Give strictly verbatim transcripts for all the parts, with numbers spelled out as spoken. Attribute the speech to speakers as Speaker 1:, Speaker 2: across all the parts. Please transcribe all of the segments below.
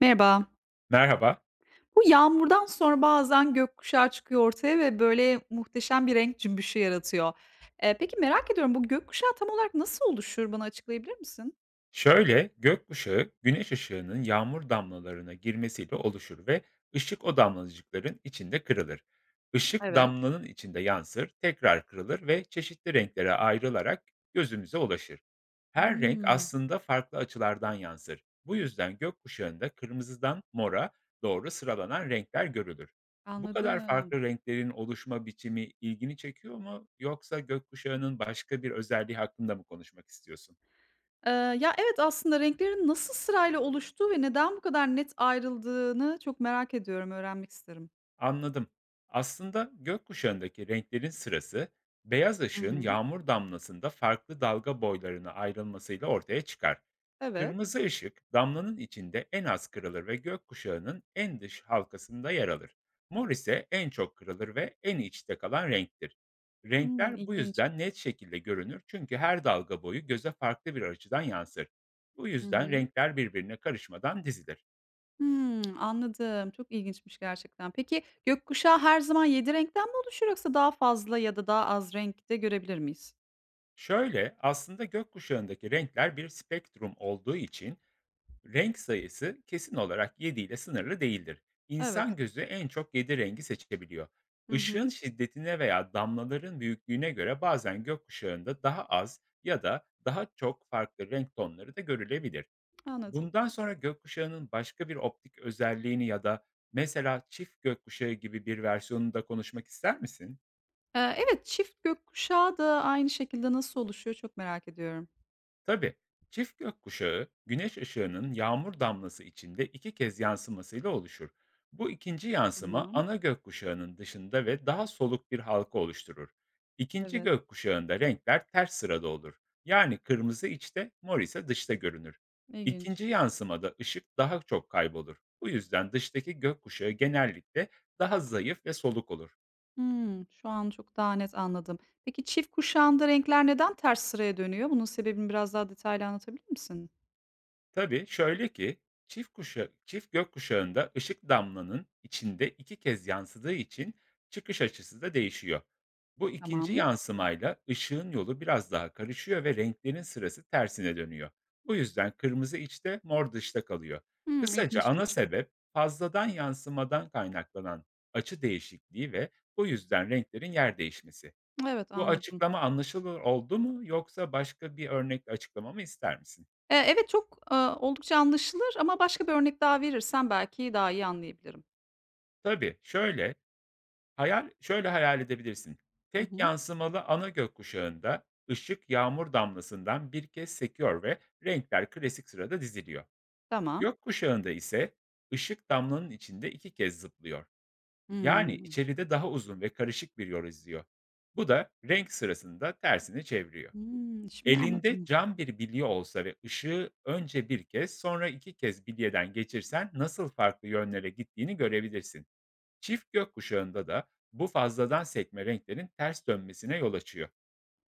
Speaker 1: Merhaba.
Speaker 2: Merhaba.
Speaker 1: Bu yağmurdan sonra bazen gökkuşağı çıkıyor ortaya ve böyle muhteşem bir renk cümbüşü yaratıyor. Eee, peki merak ediyorum, bu gökkuşağı tam olarak nasıl oluşur? Bana açıklayabilir misin?
Speaker 2: Şöyle, gökkuşağı güneş ışığının yağmur damlalarına girmesiyle oluşur ve ışık o damlacıkların içinde kırılır. Işık
Speaker 1: Evet.
Speaker 2: damlanın içinde yansır, tekrar kırılır ve çeşitli renklere ayrılarak gözümüze ulaşır. Her renk
Speaker 1: Hımm,
Speaker 2: aslında farklı açılardan yansır. Bu yüzden gökkuşağında kırmızıdan mora doğru sıralanan renkler görülür. Bu kadar
Speaker 1: anladım.
Speaker 2: farklı renklerin oluşma biçimi ilgini çekiyor mu yoksa gökkuşağının başka bir özelliği hakkında mı konuşmak istiyorsun?
Speaker 1: Eee, ya, evet, aslında renklerin nasıl sırayla oluştuğu ve neden bu kadar net ayrıldığını çok merak ediyorum, öğrenmek isterim.
Speaker 2: Anladım. Aslında gökkuşağındaki renklerin sırası beyaz
Speaker 1: Hı
Speaker 2: ışığın
Speaker 1: hı.
Speaker 2: yağmur damlasında farklı dalga boylarına ayrılmasıyla ortaya çıkar.
Speaker 1: Evet.
Speaker 2: Kırmızı ışık damlanın içinde en az kırılır ve gökkuşağının en dış halkasında yer alır. Mor ise en çok kırılır ve en içte kalan renktir.
Speaker 1: Hımm,
Speaker 2: Renkler bu
Speaker 1: ilginç.
Speaker 2: yüzden net şekilde görünür çünkü her dalga boyu göze farklı bir açıdan yansır. Bu
Speaker 1: Hı
Speaker 2: yüzden
Speaker 1: hı.
Speaker 2: renkler birbirine karışmadan dizilir.
Speaker 1: Hmm, anladım. Çok ilginçmiş gerçekten. Peki, gökkuşağı her zaman yedi renkten mi oluşur yoksa daha fazla ya da daha az renkte görebilir miyiz?
Speaker 2: Şöyle, aslında gökkuşağındaki renkler bir spektrum olduğu için renk sayısı kesin olarak yedi ile sınırlı değildir. İnsan
Speaker 1: Evet.
Speaker 2: gözü en çok yedi rengi seçebiliyor.
Speaker 1: Hı hı.
Speaker 2: Işığın şiddetine veya damlaların büyüklüğüne göre bazen gökkuşağında daha az ya da daha çok farklı renk tonları da görülebilir.
Speaker 1: Anladım.
Speaker 2: Bundan sonra gökkuşağının başka bir optik özelliğini ya da mesela çift gökkuşağı gibi bir versiyonunu da konuşmak ister misin?
Speaker 1: Eee, evet, çift gökkuşağı da aynı şekilde nasıl oluşuyor, çok merak ediyorum.
Speaker 2: Tabii. Çift gökkuşağı güneş ışığının yağmur damlası içinde iki kez yansımasıyla oluşur. Bu ikinci yansıma
Speaker 1: Tamam.
Speaker 2: ana gökkuşağının dışında ve daha soluk bir halka oluşturur. İkinci
Speaker 1: Evet,
Speaker 2: gökkuşağında renkler ters sırada olur. Yani kırmızı içte, mor ise dışta görünür.
Speaker 1: ilginç.
Speaker 2: İkinci yansımada ışık daha çok kaybolur. Bu yüzden dıştaki gökkuşağı genellikle daha zayıf ve soluk olur.
Speaker 1: Hımm, şu an çok daha net anladım. Peki çift kuşağında renkler neden ters sıraya dönüyor? Bunun sebebini biraz daha detaylı anlatabilir misin?
Speaker 2: Tabii, şöyle ki, çift kuşa çift gökkuşağında ışık damlanın içinde iki kez yansıdığı için çıkış açısı da değişiyor. Bu ikinci
Speaker 1: Tamam.
Speaker 2: yansımayla ışığın yolu biraz daha karışıyor ve renklerin sırası tersine dönüyor. Bu yüzden kırmızı içte, mor dışta kalıyor.
Speaker 1: Hımm,
Speaker 2: Kısaca ana
Speaker 1: ilginçmiş.
Speaker 2: sebep fazladan yansımadan kaynaklanan açı değişikliği ve bu yüzden renklerin yer değişmesi.
Speaker 1: Evet,
Speaker 2: Bu
Speaker 1: anladım.
Speaker 2: açıklama anlaşılır oldu mu yoksa başka bir örnekle açıklamamı ister misin?
Speaker 1: Eee, evet, çok, aaa, oldukça anlaşılır, ama başka bir örnek daha verirsen belki daha iyi anlayabilirim.
Speaker 2: Tabii, şöyle Hayal şöyle hayal edebilirsin.
Speaker 1: Hı
Speaker 2: Tek
Speaker 1: hı.
Speaker 2: yansımalı ana gökkuşağında ışık yağmur damlasından bir kez sekiyor ve renkler klasik sırada diziliyor.
Speaker 1: Tamam.
Speaker 2: Gökkuşağında ise ışık damlanın içinde iki kez zıplıyor. Yani
Speaker 1: Hımm.
Speaker 2: içeride daha uzun ve karışık bir yol izliyor. Bu da renk sırasında tersini çeviriyor.
Speaker 1: Hımm, şimdi
Speaker 2: Elinde
Speaker 1: anladım.
Speaker 2: cam bir bilye olsa ve ışığı önce bir kez sonra iki kez bilyeden geçirsen nasıl farklı yönlere gittiğini görebilirsin. Çift gökkuşağında da bu fazladan sekme renklerin ters dönmesine yol açıyor.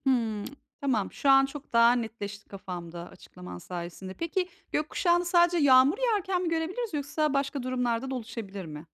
Speaker 1: Hımm. Tamam, şu an çok daha netleşti kafamda açıklaman sayesinde. Peki, gökkuşağını sadece yağmur yağarken mi görebiliriz yoksa başka durumlarda da oluşabilir mi?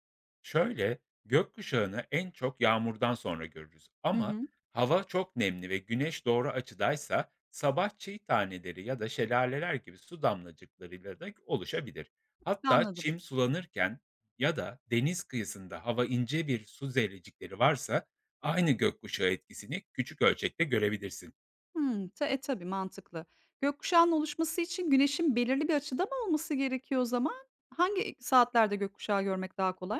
Speaker 2: Şöyle, gökkuşağını en çok yağmurdan sonra görürüz
Speaker 1: Hı
Speaker 2: ama
Speaker 1: hı.
Speaker 2: hava çok nemli ve güneş doğru açıdaysa sabah çiğ taneleri ya da şelaleler gibi su damlacıklarıyla da oluşabilir. Hatta
Speaker 1: Anladım.
Speaker 2: çim sulanırken ya da deniz kıyısında hava ince bir su zerrecikleri varsa aynı gökkuşağı etkisini küçük ölçekte görebilirsin.
Speaker 1: Hımm. Ta e, tabii, mantıklı. Gökkuşağının oluşması için güneşin belirli bir açıda mı olması gerekiyor o zaman? Hangi e, saatlerde gökkuşağı görmek daha kolay?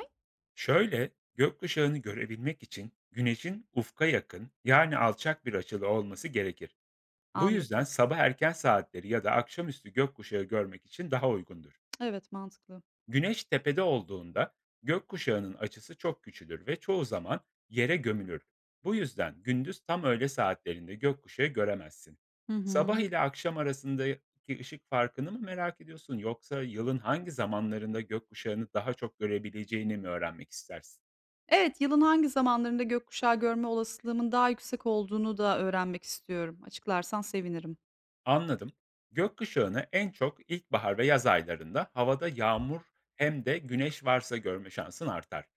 Speaker 2: Şöyle, gökkuşağını görebilmek için güneşin ufka yakın yani alçak bir açılı olması gerekir. Bu yüzden
Speaker 1: Anladım.
Speaker 2: sabah erken saatleri ya da akşamüstü gökkuşağı görmek için daha uygundur.
Speaker 1: Evet, mantıklı.
Speaker 2: Güneş tepede olduğunda gökkuşağının açısı çok küçülür ve çoğu zaman yere gömülür. Bu yüzden gündüz tam öğle saatlerinde gökkuşağı göremezsin.
Speaker 1: Hı hı.
Speaker 2: Sabah ile akşam arasındaki ışık farkını mı merak ediyorsun yoksa yılın hangi zamanlarında gökkuşağını daha çok görebileceğini mi öğrenmek istersin?
Speaker 1: Evet, yılın hangi zamanlarında gökkuşağı görme olasılığımın daha yüksek olduğunu da öğrenmek istiyorum. Açıklarsan sevinirim.
Speaker 2: Anladım. Gökkuşağını en çok ilkbahar ve yaz aylarında havada yağmur hem de güneş varsa görme şansın artar.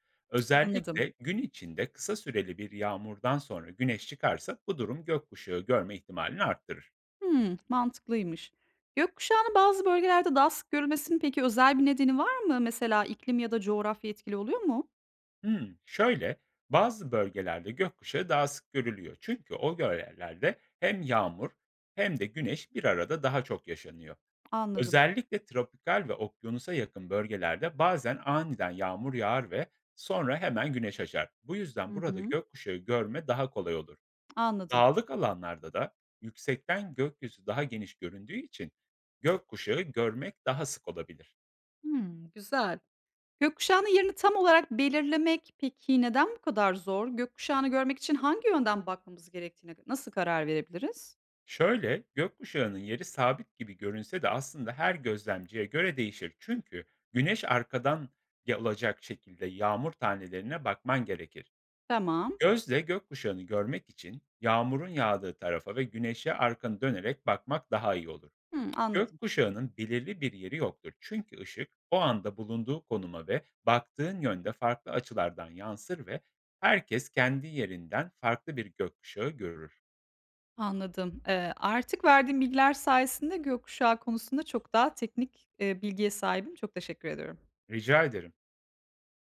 Speaker 1: Anladım.
Speaker 2: Özellikle gün içinde kısa süreli bir yağmurdan sonra güneş çıkarsa bu durum gökkuşağı görme ihtimalini arttırır.
Speaker 1: Hımm, mantıklıymış. Gökkuşağının bazı bölgelerde daha sık görülmesinin peki özel bir nedeni var mı? Mesela iklim ya da coğrafya etkili oluyor mu?
Speaker 2: Hmm, şöyle bazı bölgelerde gökkuşağı daha sık görülüyor. Çünkü o bölgelerde hem yağmur hem de güneş bir arada daha çok yaşanıyor.
Speaker 1: Anladım.
Speaker 2: Özellikle tropikal ve okyanusa yakın bölgelerde bazen aniden yağmur yağar ve sonra hemen güneş açar. Bu yüzden
Speaker 1: Hı
Speaker 2: burada
Speaker 1: hı.
Speaker 2: gökkuşağı görme daha kolay olur.
Speaker 1: Anladım.
Speaker 2: Dağlık alanlarda da yüksekten gökyüzü daha geniş göründüğü için gökkuşağı görmek daha sık olabilir.
Speaker 1: Hımm, güzel. Gökkuşağının yerini tam olarak belirlemek peki neden bu kadar zor? Gökkuşağını görmek için hangi yönden bakmamız gerektiğine nasıl karar verebiliriz?
Speaker 2: Şöyle, gökkuşağının yeri sabit gibi görünse de aslında her gözlemciye göre değişir. Çünkü güneş arkadan olacak şekilde yağmur tanelerine bakman gerekir.
Speaker 1: Tamam.
Speaker 2: Gözle gökkuşağını görmek için yağmurun yağdığı tarafa ve güneşe arkanı dönerek bakmak daha iyi olur.
Speaker 1: Hımm, anladım.
Speaker 2: Gökkuşağının belirli bir yeri yoktur. Çünkü ışık o anda bulunduğu konuma ve baktığın yönde farklı açılardan yansır ve herkes kendi yerinden farklı bir gökkuşağı görür.
Speaker 1: Anladım. Eee, artık verdiğim bilgiler sayesinde gökkuşağı konusunda çok daha teknik, eee, bilgiye sahibim. Çok teşekkür ediyorum.
Speaker 2: Rica ederim.